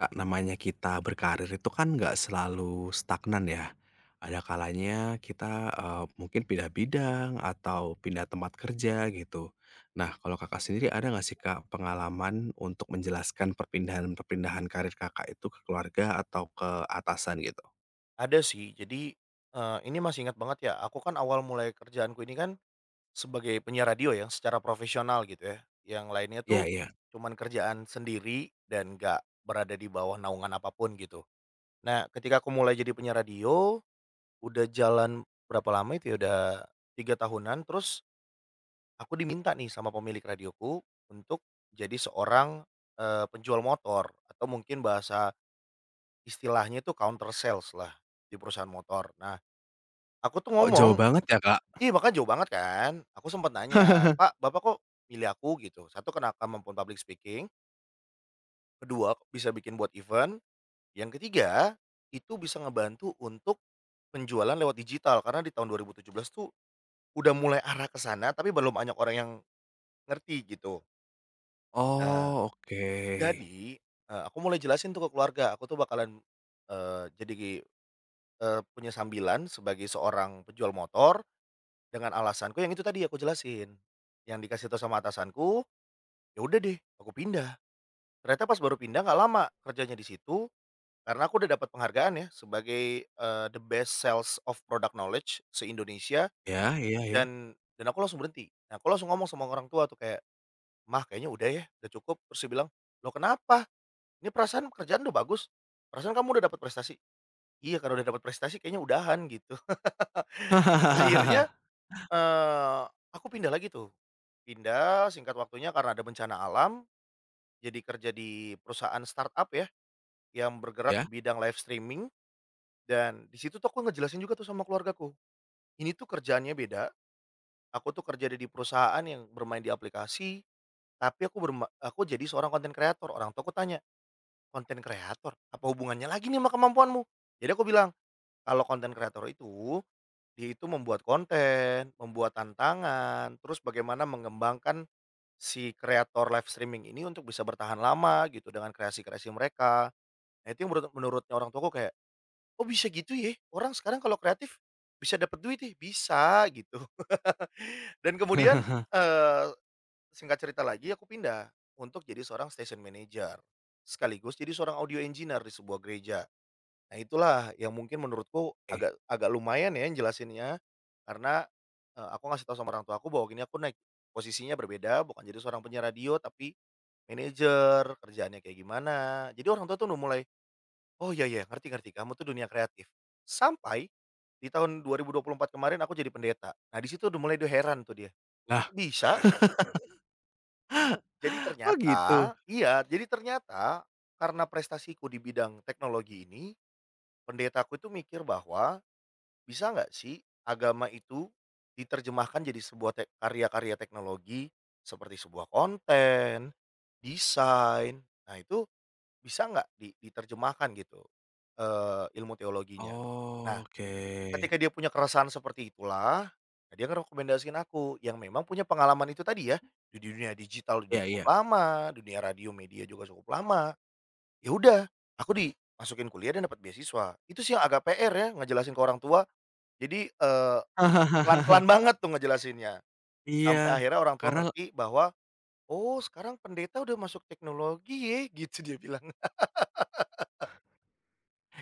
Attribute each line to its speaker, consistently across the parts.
Speaker 1: Kak, namanya kita berkarir itu kan nggak selalu stagnan ya. Ada kalanya kita, mungkin pindah bidang atau pindah tempat kerja gitu. Nah, kalau Kakak sendiri ada nggak sih Kak pengalaman untuk menjelaskan perpindahan-perpindahan karir Kakak itu ke keluarga atau ke atasan gitu?
Speaker 2: Ada sih. Jadi, ini masih ingat banget ya. Aku kan awal mulai kerjaanku ini kan sebagai penyiar radio ya, secara profesional gitu ya. Yang lainnya tuh
Speaker 1: Iya iya.
Speaker 2: cuman kerjaan sendiri dan nggak berada di bawah naungan apapun gitu. Nah, ketika aku mulai jadi penyiar radio, udah jalan berapa lama itu ya, udah 3 tahunan, terus aku diminta nih sama pemilik radioku untuk jadi seorang, penjual motor, atau mungkin bahasa istilahnya itu counter sales lah, di perusahaan motor. Nah, aku tuh oh
Speaker 1: Kok jauh
Speaker 2: ngomong
Speaker 1: banget ya Kak?
Speaker 2: iya, makanya jauh banget kan. Aku sempat nanya, "Pak, Bapak kok milih aku?" Gitu. Satu, karena aku public speaking. Kedua, bisa bikin buat event. Yang ketiga, itu bisa ngebantu untuk penjualan lewat digital, karena di tahun 2017 tuh udah mulai arah ke sana tapi belum banyak orang yang ngerti gitu. Nah.
Speaker 1: Oh, oke.
Speaker 2: Jadi, aku mulai jelasin tuh ke keluarga, aku tuh bakalan, jadi, punya sambilan sebagai seorang penjual motor, dengan alasanku yang itu tadi aku jelasin, yang dikasih tahu sama atasanku. Ya udah deh, aku pindah. Ternyata pas baru pindah nggak lama kerjanya di situ, karena aku udah dapat penghargaan ya sebagai, the best sales of product knowledge se-Indonesia,
Speaker 1: Ya ya ya.
Speaker 2: dan dan aku langsung berhenti. Nah, aku langsung ngomong sama orang tua tuh kayak, "Mah, kayaknya udah ya, udah cukup." Terus dia bilang, "Lo kenapa? Ini perasaan kerjaan udah bagus. Perasaan kamu udah dapat prestasi." "Iya, karena udah dapat prestasi kayaknya udahan," gitu. Akhirnya, eee, aku pindah lagi tuh. Pindah singkat waktunya karena ada bencana alam, jadi kerja di perusahaan startup ya. Yang bergerak
Speaker 1: Ya?
Speaker 2: di bidang live streaming, dan di situ tuh aku ngejelasin juga tuh sama keluargaku, ini tuh kerjaannya beda, aku tuh kerja di perusahaan yang bermain di aplikasi, tapi aku jadi seorang konten kreator. Orang tuh aku tanya, "Konten kreator apa hubungannya lagi nih sama kemampuanmu?" Jadi aku bilang, "Kalau konten kreator itu, dia itu membuat konten, membuat tantangan, terus bagaimana mengembangkan si kreator live streaming ini untuk bisa bertahan lama gitu dengan kreasi-kreasi mereka." Nah itu yang menurutnya orang tuaku kayak, "Oh bisa gitu ya? Orang sekarang kalau kreatif bisa dapat duit ya? Bisa gitu." Dan kemudian, eee, singkat cerita lagi aku pindah untuk jadi seorang station manager, sekaligus jadi seorang audio engineer di sebuah gereja. Nah itulah yang mungkin menurutku
Speaker 1: Oke.
Speaker 2: agak agak lumayan ya yang jelasinnya, karena, aku ngasih tahu sama orang tua aku bahwa gini, aku naik, posisinya berbeda, bukan jadi seorang penyiar radio tapi manajer, kerjaannya kayak gimana. Jadi orang tua tuh udah mulai, "Oh, iya iya, ngerti ngerti, kamu tuh dunia kreatif." Sampai di tahun 2024 kemarin aku jadi pendeta. Nah, di situ udah mulai dia heran tuh dia,
Speaker 1: Lah,
Speaker 2: "Bisa?" Jadi
Speaker 1: oh gitu?
Speaker 2: ternyata iya, jadi ternyata karena prestasiku di bidang teknologi ini, pendetaku itu mikir bahwa, bisa nggak sih agama itu diterjemahkan jadi sebuah karya-karya teknologi, seperti sebuah konten, desain. Nah, itu bisa nggak diterjemahkan gitu, ilmu teologinya.
Speaker 1: Oh,
Speaker 2: Nah, ketika
Speaker 1: oke.
Speaker 2: dia punya keresahan seperti itulah, nah dia ngerekomendasiin aku yang memang punya pengalaman itu tadi ya, di dunia digital udah
Speaker 1: Iya
Speaker 2: cukup
Speaker 1: iya.
Speaker 2: lama, dunia radio media juga cukup lama. Ya udah, aku dimasukin kuliah dan dapat beasiswa. Itu sih yang agak PR ya ngejelasin ke orang tua. Jadi, pelan-pelan banget tuh ngejelasinnya,
Speaker 1: Iya,
Speaker 2: sampai akhirnya orang tua
Speaker 1: karena
Speaker 2: ngerti bahwa, "Oh sekarang pendeta udah masuk teknologi ya," gitu dia bilang.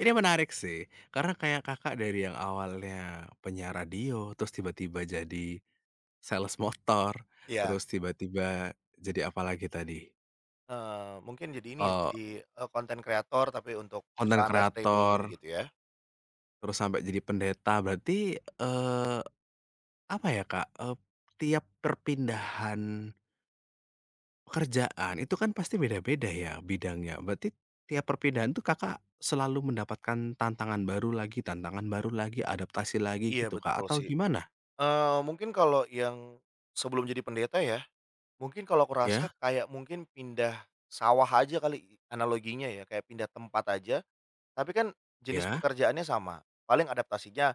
Speaker 1: ini menarik sih, karena kayak Kakak dari yang awalnya penyiar radio, terus tiba-tiba jadi sales motor, terus
Speaker 2: Ya
Speaker 1: tiba-tiba jadi apa lagi tadi,
Speaker 2: heeh, mungkin jadi ini ya,
Speaker 1: eee,
Speaker 2: jadi, konten kreator tapi untuk
Speaker 1: konten
Speaker 2: perusahaan live streaming
Speaker 1: kreator,
Speaker 2: gitu ya.
Speaker 1: terus sampai jadi pendeta berarti, eee, apa ya Kak, tiap perpindahan pekerjaan itu kan pasti beda-beda ya bidangnya, berarti tiap perpindahan tuh Kakak selalu mendapatkan tantangan baru lagi, adaptasi lagi
Speaker 2: Iya
Speaker 1: gitu Kak,
Speaker 2: betul
Speaker 1: atau
Speaker 2: sih,
Speaker 1: gimana?
Speaker 2: mungkin kalau yang sebelum jadi pendeta ya, mungkin kalau aku
Speaker 1: Ya?
Speaker 2: rasa kayak mungkin pindah sawah aja kali analoginya ya, kayak pindah tempat aja, tapi kan jenis
Speaker 1: Ya?
Speaker 2: pekerjaannya sama, paling adaptasinya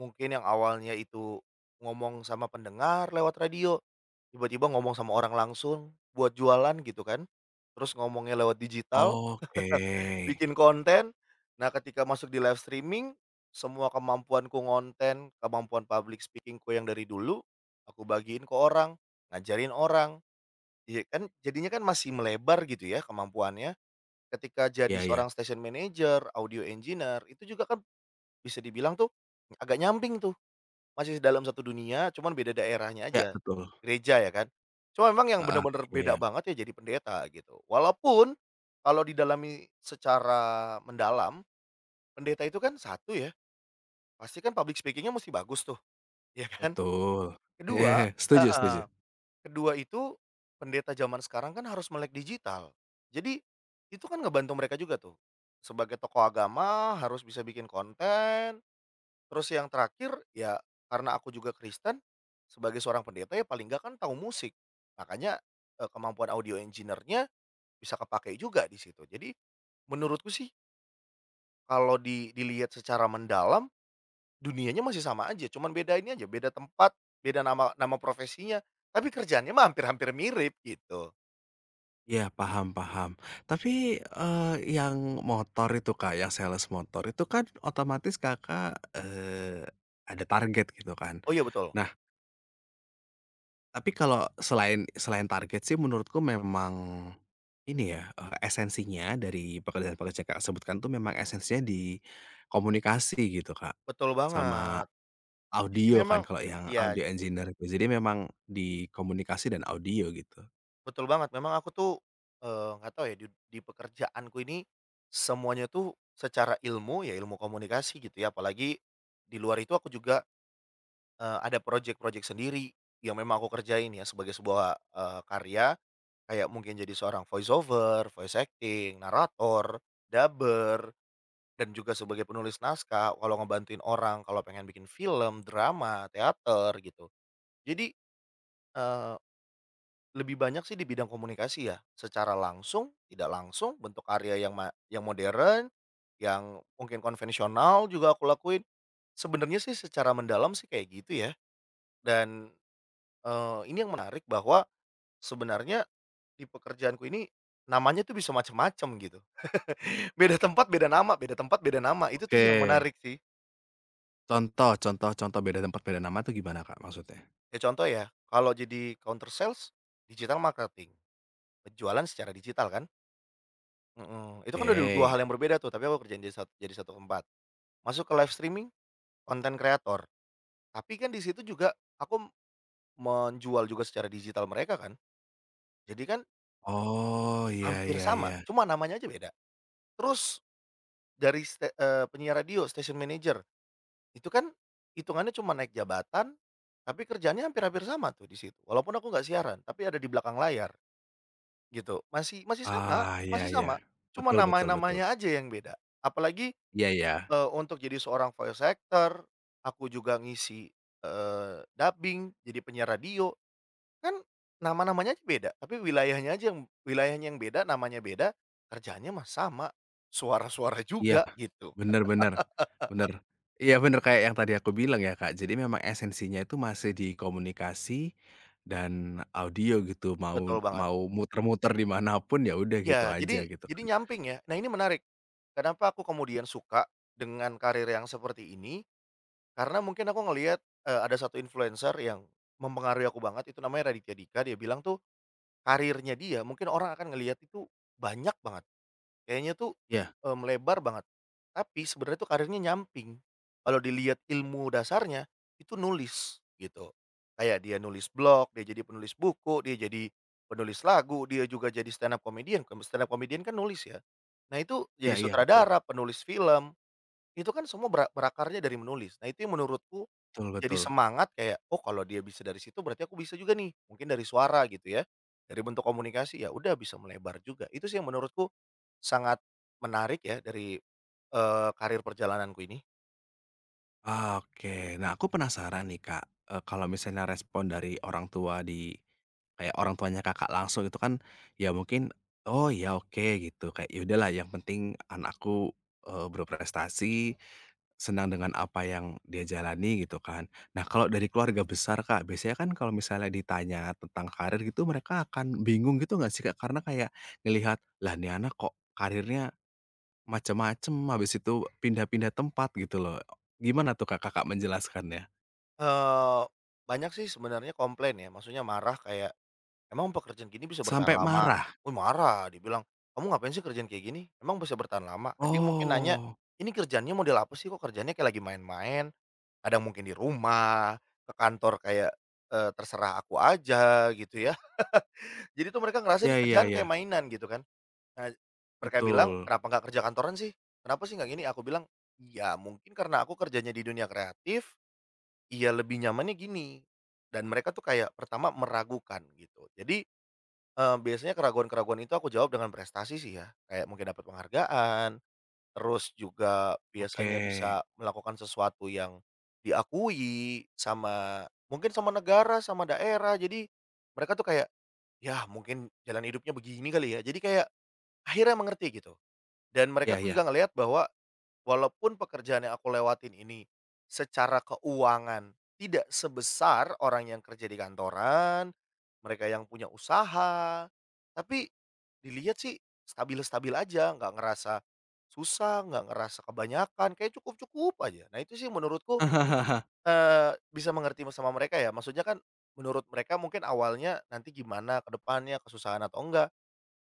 Speaker 2: mungkin yang awalnya itu ngomong sama pendengar lewat radio, tiba-tiba ngomong sama orang langsung buat jualan gitu kan, terus ngomongnya lewat digital,
Speaker 1: Oke.
Speaker 2: bikin konten. Nah ketika masuk di live streaming, semua kemampuanku ngonten, kemampuan public speakingku yang dari dulu, aku bagiin ke orang, ngajarin orang, iya kan jadinya kan masih melebar gitu ya kemampuannya. Ketika jadi
Speaker 1: Ya ya.
Speaker 2: seorang station manager, audio engineer, itu juga kan bisa dibilang tuh agak nyamping tuh, masih dalam satu dunia cuman beda daerahnya
Speaker 1: Ya,
Speaker 2: aja,
Speaker 1: betul.
Speaker 2: gereja ya kan. Cuma memang yang
Speaker 1: Heeh,
Speaker 2: bener-bener
Speaker 1: iya
Speaker 2: beda
Speaker 1: iya,
Speaker 2: banget ya jadi pendeta gitu. Walaupun kalau didalami secara mendalam, pendeta itu kan satu ya, pasti kan public speaking-nya mesti bagus tuh, ya kan?
Speaker 1: betul.
Speaker 2: Kedua
Speaker 1: Setuju
Speaker 2: heeh,
Speaker 1: setuju.
Speaker 2: kedua itu pendeta zaman sekarang kan harus melek digital. Jadi itu kan ngebantu mereka juga tuh, sebagai tokoh agama harus bisa bikin konten. Terus yang terakhir ya, karena aku juga Kristen, sebagai seorang pendeta ya paling nggak kan tahu musik. Makanya, kemampuan audio engineer-nya bisa kepake juga di situ. Jadi menurutku sih kalau dilihat secara mendalam, dunianya masih sama aja, cuman beda ini aja, beda tempat, beda nama nama profesinya, tapi kerjaannya mah hampir-hampir mirip, gitu.
Speaker 1: Iya, paham paham. Tapi, yang motor itu Kak, yang sales motor itu kan otomatis Kakak, eee, ada target gitu kan.
Speaker 2: Oh iya, betul.
Speaker 1: Nah, tapi kalau selain selain target sih menurutku memang ini ya, esensinya dari pekerjaan-pekerjaan Kakak sebutkan tuh memang esensinya di komunikasi gitu, Kak,
Speaker 2: Betul
Speaker 1: sama
Speaker 2: banget. Jadi
Speaker 1: audio kan
Speaker 2: memang
Speaker 1: kalau yang
Speaker 2: iya,
Speaker 1: audio engineer itu. Jadi memang di komunikasi dan audio gitu.
Speaker 2: betul banget. Memang aku tuh, nggak tahu ya, di pekerjaanku ini, semuanya tuh secara ilmu, ya ilmu komunikasi gitu ya, apalagi di luar itu aku juga, ada projek-projek sendiri yang memang aku kerjain ya sebagai sebuah, karya, kayak mungkin jadi seorang voice over, voice acting, narator, dubber. Dan juga sebagai penulis naskah, kalau ngebantuin orang, kalau pengen bikin film, drama, teater, gitu. Jadi, eee, lebih banyak sih di bidang komunikasi ya, secara langsung, tidak langsung, bentuk karya yang modern, yang mungkin konvensional juga aku lakuin. Sebenarnya sih secara mendalam sih kayak gitu ya, dan, ini yang menarik bahwa sebenarnya di pekerjaanku ini namanya tuh bisa macam-macam gitu. Beda tempat beda nama, beda tempat beda nama, itu tuh
Speaker 1: Oke,
Speaker 2: yang menarik sih.
Speaker 1: contoh contoh contoh beda tempat, beda nama tuh gimana, Kak, maksudnya?
Speaker 2: Ya contoh ya, kalau jadi counter sales, digital marketing, penjualan secara digital kan? Mhm, itu kan udah 2 hal
Speaker 1: Oke.
Speaker 2: yang berbeda tuh, tapi aku kerjain jadi jadi satu tempat. Masuk ke live streaming, konten kreator, tapi kan di situ juga aku menjual juga secara digital mereka kan. Jadi kan
Speaker 1: Oh, iya
Speaker 2: hampir
Speaker 1: iya
Speaker 2: sama,
Speaker 1: iya.
Speaker 2: cuma namanya aja beda. Terus dari penyiar radio, station manager, itu kan hitungannya cuma naik jabatan, tapi kerjanya hampir-hampir sama tuh di situ. Walaupun aku nggak siaran, tapi ada di belakang layar. Gitu, masih
Speaker 1: Ah, iya
Speaker 2: masih
Speaker 1: iya.
Speaker 2: sama, cuma
Speaker 1: Betul betul betul.
Speaker 2: nama-namanya aja yang beda. Apalagi,
Speaker 1: Iya iya.
Speaker 2: untuk jadi seorang voice actor, aku juga ngisi, dubbing, jadi penyiar radio, kan nama-namanya aja beda, tapi wilayahnya yang beda, namanya beda, kerjaannya mah sama, suara-suara
Speaker 1: Iya,
Speaker 2: juga, gitu.
Speaker 1: bener bener. Bener. Iya bener kayak yang tadi aku bilang ya, Kak. Jadi memang esensinya itu masih di komunikasi dan audio gitu, mau
Speaker 2: Betul banget.
Speaker 1: mau muter-muter dimanapun ya udah gitu
Speaker 2: Ya
Speaker 1: aja gitu
Speaker 2: jadi
Speaker 1: kan.
Speaker 2: nyamping ya. Nah, ini menarik, kenapa aku kemudian suka dengan karir yang seperti ini. Karena mungkin aku ngelihat, ada satu influencer yang mempengaruhi aku banget itu namanya Raditya Dika, dia bilang tuh karirnya dia mungkin orang akan ngelihat itu banyak banget, kayaknya tuh,
Speaker 1: Iya,
Speaker 2: melebar banget, tapi sebenarnya tuh karirnya nyamping. Kalau dilihat ilmu dasarnya, itu nulis gitu. Kayak dia nulis blog, dia jadi penulis buku, dia jadi penulis lagu, dia juga jadi stand up comedian, kalau stand up comedian kan nulis ya. Nah itu jadi
Speaker 1: iya iya betul.
Speaker 2: sutradara, penulis film, itu kan semua berakarnya dari menulis. Nah itu yang menurutku
Speaker 1: Betul
Speaker 2: jadi
Speaker 1: betul.
Speaker 2: semangat kayak, "Oh kalau dia bisa dari situ berarti aku bisa juga nih." Mungkin dari suara gitu ya, dari bentuk komunikasi ya udah bisa melebar juga. Itu sih yang menurutku sangat menarik ya dari, karir perjalananku ini.
Speaker 1: Oke. Nah, aku penasaran nih, Kak, kalau misalnya respon dari orang tua di kayak orang tuanya Kakak langsung itu kan, ya mungkin, "Oh, ya oke," gitu, kayak, "Ya udahlah yang penting anakku, berprestasi, senang dengan apa yang dia jalani," gitu kan. Nah, kalau dari keluarga besar, Kak, biasanya kan kalau misalnya ditanya tentang karir gitu mereka akan bingung gitu nggak sih, Kak? Karena kayak ngelihat, "Lah, nih anak kok karirnya macem-macem, habis itu pindah-pindah tempat gitu loh. Gimana tuh Kak, Kakak menjelaskannya?"
Speaker 2: Eee, Banyak sih sebenarnya komplain ya, maksudnya marah kayak, "Emang pekerjaan gini bisa bertahan
Speaker 1: Sampai
Speaker 2: lama?"
Speaker 1: marah?
Speaker 2: Wih marah, dibilang, "Kamu ngapain sih kerjaan kayak gini? Emang bisa bertahan lama?" Ada yang mungkin nanya,
Speaker 1: Oh,
Speaker 2: "Ini kerjanya model apa sih? Kok kerjanya kayak lagi main-main?" Kadang mungkin di rumah, ke kantor kayak, terserah aku aja gitu ya. Jadi tuh mereka ngerasa
Speaker 1: iya
Speaker 2: ini
Speaker 1: iya
Speaker 2: kerjaan
Speaker 1: iya,
Speaker 2: kayak mainan gitu kan. Nah, mereka bilang,
Speaker 1: betul.
Speaker 2: "Kenapa nggak kerja kantoran sih? Kenapa sih nggak gini?" Aku bilang, "Ya mungkin karena aku kerjanya di dunia kreatif, iya lebih nyamannya gini." Dan mereka tuh kayak pertama meragukan gitu. Jadi, biasanya keraguan-keraguan itu aku jawab dengan prestasi sih ya. Kayak mungkin dapat penghargaan. Terus juga
Speaker 1: Oke,
Speaker 2: biasanya bisa melakukan sesuatu yang diakui sama mungkin sama negara, sama daerah. Jadi mereka tuh kayak, "Ya mungkin jalan hidupnya begini kali ya." Jadi kayak akhirnya mengerti gitu. Dan
Speaker 1: iya
Speaker 2: mereka tuh
Speaker 1: iya.
Speaker 2: juga ngelihat bahwa walaupun pekerjaan yang aku lewatin ini secara keuangan tidak sebesar orang yang kerja di kantoran, mereka yang punya usaha, tapi dilihat sih stabil-stabil aja, nggak ngerasa susah, nggak ngerasa kebanyakan, kayak cukup-cukup aja. Nah itu sih menurutku, bisa mengerti sama mereka ya, maksudnya kan menurut mereka mungkin awalnya nanti gimana ke depannya, kesusahan atau enggak.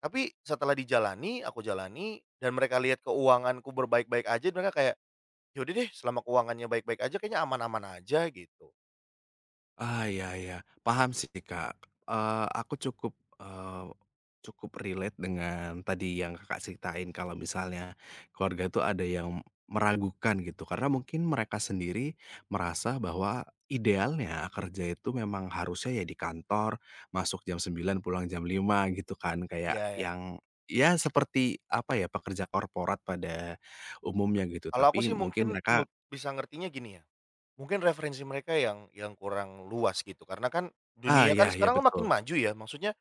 Speaker 2: Tapi setelah dijalani, aku jalani dan mereka lihat keuanganku berbaik-baik aja, mereka kayak, "Ya deh, selama keuangannya baik-baik aja kayaknya aman-aman aja," gitu.
Speaker 1: Ah, iya iya, paham sih, Kak. Aku cukup, eee, cukup relate dengan tadi yang Kakak ceritain kalau misalnya keluarga itu ada yang meragukan gitu, karena mungkin mereka sendiri merasa bahwa idealnya kerja itu memang harusnya ya di kantor, masuk jam 9 pulang jam 5 gitu kan, kayak
Speaker 2: Iya ya.
Speaker 1: yang ya seperti apa ya, pekerja korporat pada umumnya gitu,
Speaker 2: Kalau aku
Speaker 1: tapi
Speaker 2: sih
Speaker 1: mungkin
Speaker 2: mungkin
Speaker 1: mereka
Speaker 2: bisa ngertinya gini ya. Mungkin referensi mereka yang kurang luas gitu, karena kan
Speaker 1: ah,
Speaker 2: dunia kan
Speaker 1: iya iya,
Speaker 2: sekarang kan
Speaker 1: betul.
Speaker 2: makin maju ya, maksudnya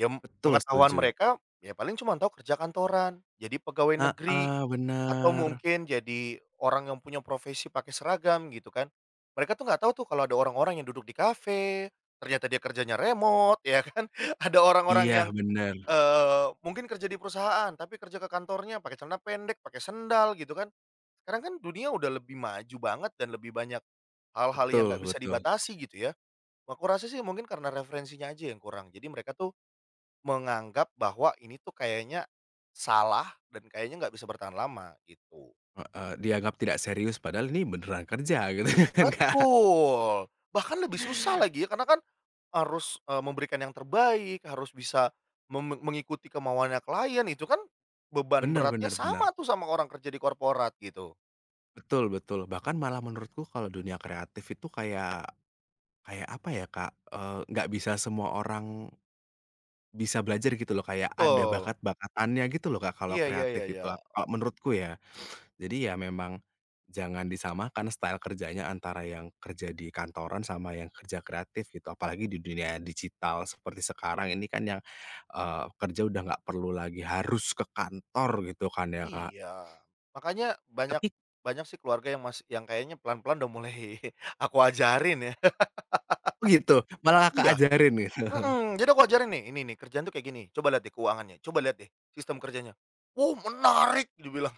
Speaker 2: ya
Speaker 1: Betul,
Speaker 2: pengetahuan
Speaker 1: setuju.
Speaker 2: mereka ya paling cuma tahu kerja kantoran, jadi pegawai negeri,
Speaker 1: Heeh,
Speaker 2: atau
Speaker 1: bener.
Speaker 2: mungkin jadi orang yang punya profesi pakai seragam gitu kan. Mereka tuh nggak tahu tuh kalau ada orang-orang yang duduk di kafe, ternyata dia kerjanya remote ya kan, ada orang-orang
Speaker 1: Iya,
Speaker 2: yang
Speaker 1: bener.
Speaker 2: Mungkin kerja di perusahaan, tapi kerja ke kantornya pakai celana pendek, pakai sendal gitu kan. Sekarang kan dunia udah lebih maju banget dan lebih banyak hal-hal yang
Speaker 1: Betul
Speaker 2: nggak bisa
Speaker 1: betul.
Speaker 2: dibatasi gitu ya. Aku rasa sih mungkin karena referensinya aja yang kurang. Jadi mereka tuh menganggap bahwa ini tuh kayaknya salah dan kayaknya nggak bisa bertahan lama gitu.
Speaker 1: Heeh, dianggap tidak serius padahal ini beneran kerja gitu kan, Kak.
Speaker 2: Betul, bahkan lebih susah lagi ya karena kan harus, memberikan yang terbaik, harus bisa mengikuti kemauannya klien, itu kan beban
Speaker 1: Bener
Speaker 2: beratnya
Speaker 1: bener bener.
Speaker 2: sama tuh sama orang kerja di korporat gitu.
Speaker 1: Betul betul. Bahkan malah menurutku kalau dunia kreatif itu kayak kayak apa ya, Kak, nggak bisa semua orang bisa belajar gitu loh, kayak ada
Speaker 2: Betul.
Speaker 1: bakat-bakatannya gitu loh, Kak, kalau
Speaker 2: Iya iya
Speaker 1: kreatif
Speaker 2: iya iya.
Speaker 1: itu, kalau menurutku ya. Jadi ya memang jangan disamakan style kerjanya antara yang kerja di kantoran sama yang kerja kreatif gitu, apalagi di dunia digital seperti sekarang ini kan yang, kerja udah nggak perlu lagi harus ke kantor gitu kan ya, Kak.
Speaker 2: Iya. Makanya banyak
Speaker 1: Tapi
Speaker 2: banyak sih keluarga yang masih yang kayaknya pelan-pelan udah mulai aku ajarin ya.
Speaker 1: gitu, malah Kakak
Speaker 2: Iya,
Speaker 1: ajarin gitu.
Speaker 2: mhm, jadi aku ajarin nih, "Ini nih kerjaan tuh kayak gini, coba lihat deh keuangannya, coba lihat deh sistem kerjanya." "Wow menarik!" Dia bilang.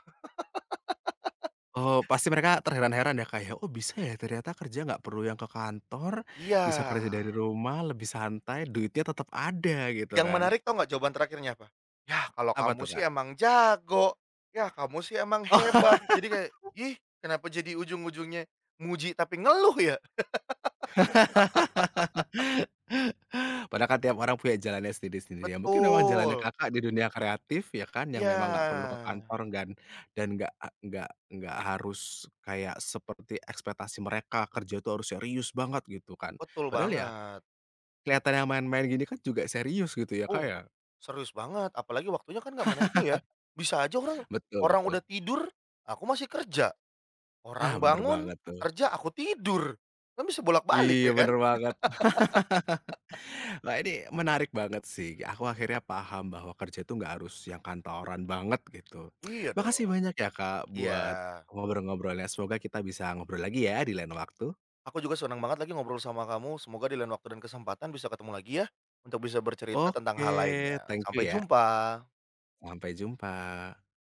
Speaker 1: Oh, pasti mereka terheran-heran ya kayak, "Oh bisa ya ternyata kerja nggak perlu yang ke kantor,
Speaker 2: Iya.
Speaker 1: bisa kerja dari rumah, lebih santai, duitnya tetap ada," gitu
Speaker 2: Yang
Speaker 1: kan.
Speaker 2: menarik tau nggak jawaban terakhirnya apa? "Yah kalau
Speaker 1: Apa
Speaker 2: kamu
Speaker 1: tuh,
Speaker 2: sih
Speaker 1: Kak?
Speaker 2: emang jago, yah kamu sih emang hebat." Jadi kayak, ih, kenapa jadi ujung-ujungnya muji tapi ngeluh ya?
Speaker 1: Oh. Padahal kan tiap orang punya jalannya sendiri-sendiri ya. Mungkin memang jalannya
Speaker 2: Betul,
Speaker 1: Kakak di dunia kreatif ya kan, yang memang nggak perlu ke
Speaker 2: iya,
Speaker 1: kantor dan nggak ah, nggak harus kayak seperti ekspektasi mereka, kerja tuh harus serius banget gitu kan.
Speaker 2: betul
Speaker 1: Padahal ya
Speaker 2: banget.
Speaker 1: kelihatannya main-main gini kan juga serius gitu ya, Kak,
Speaker 2: Uh,
Speaker 1: ya.
Speaker 2: serius banget apalagi waktunya kan nggak menentu ya, bisa aja orang
Speaker 1: Betul
Speaker 2: orang
Speaker 1: betul.
Speaker 2: udah tidur, aku masih kerja,
Speaker 1: Ah,
Speaker 2: orang
Speaker 1: bener
Speaker 2: bangun,
Speaker 1: banget tuh.
Speaker 2: kerja, aku tidur, kan bisa bolak-balik
Speaker 1: Iya
Speaker 2: ya kan?
Speaker 1: bener banget. Wah, ini menarik banget sih. Aku akhirnya paham bahwa kerja itu nggak harus yang kantoran banget gitu.
Speaker 2: Iya
Speaker 1: Makasih
Speaker 2: dong,
Speaker 1: banyak ya Kak
Speaker 2: iya.
Speaker 1: buat ngobrol-ngobrolnya. Semoga kita bisa ngobrol lagi ya di lain waktu.
Speaker 2: Aku juga senang banget lagi ngobrol sama kamu, semoga di lain waktu dan kesempatan bisa ketemu lagi ya, untuk bisa bercerita tentang
Speaker 1: Oke,
Speaker 2: hal lainnya.
Speaker 1: thank you
Speaker 2: Sampai
Speaker 1: ya.
Speaker 2: jumpa.
Speaker 1: Sampai jumpa.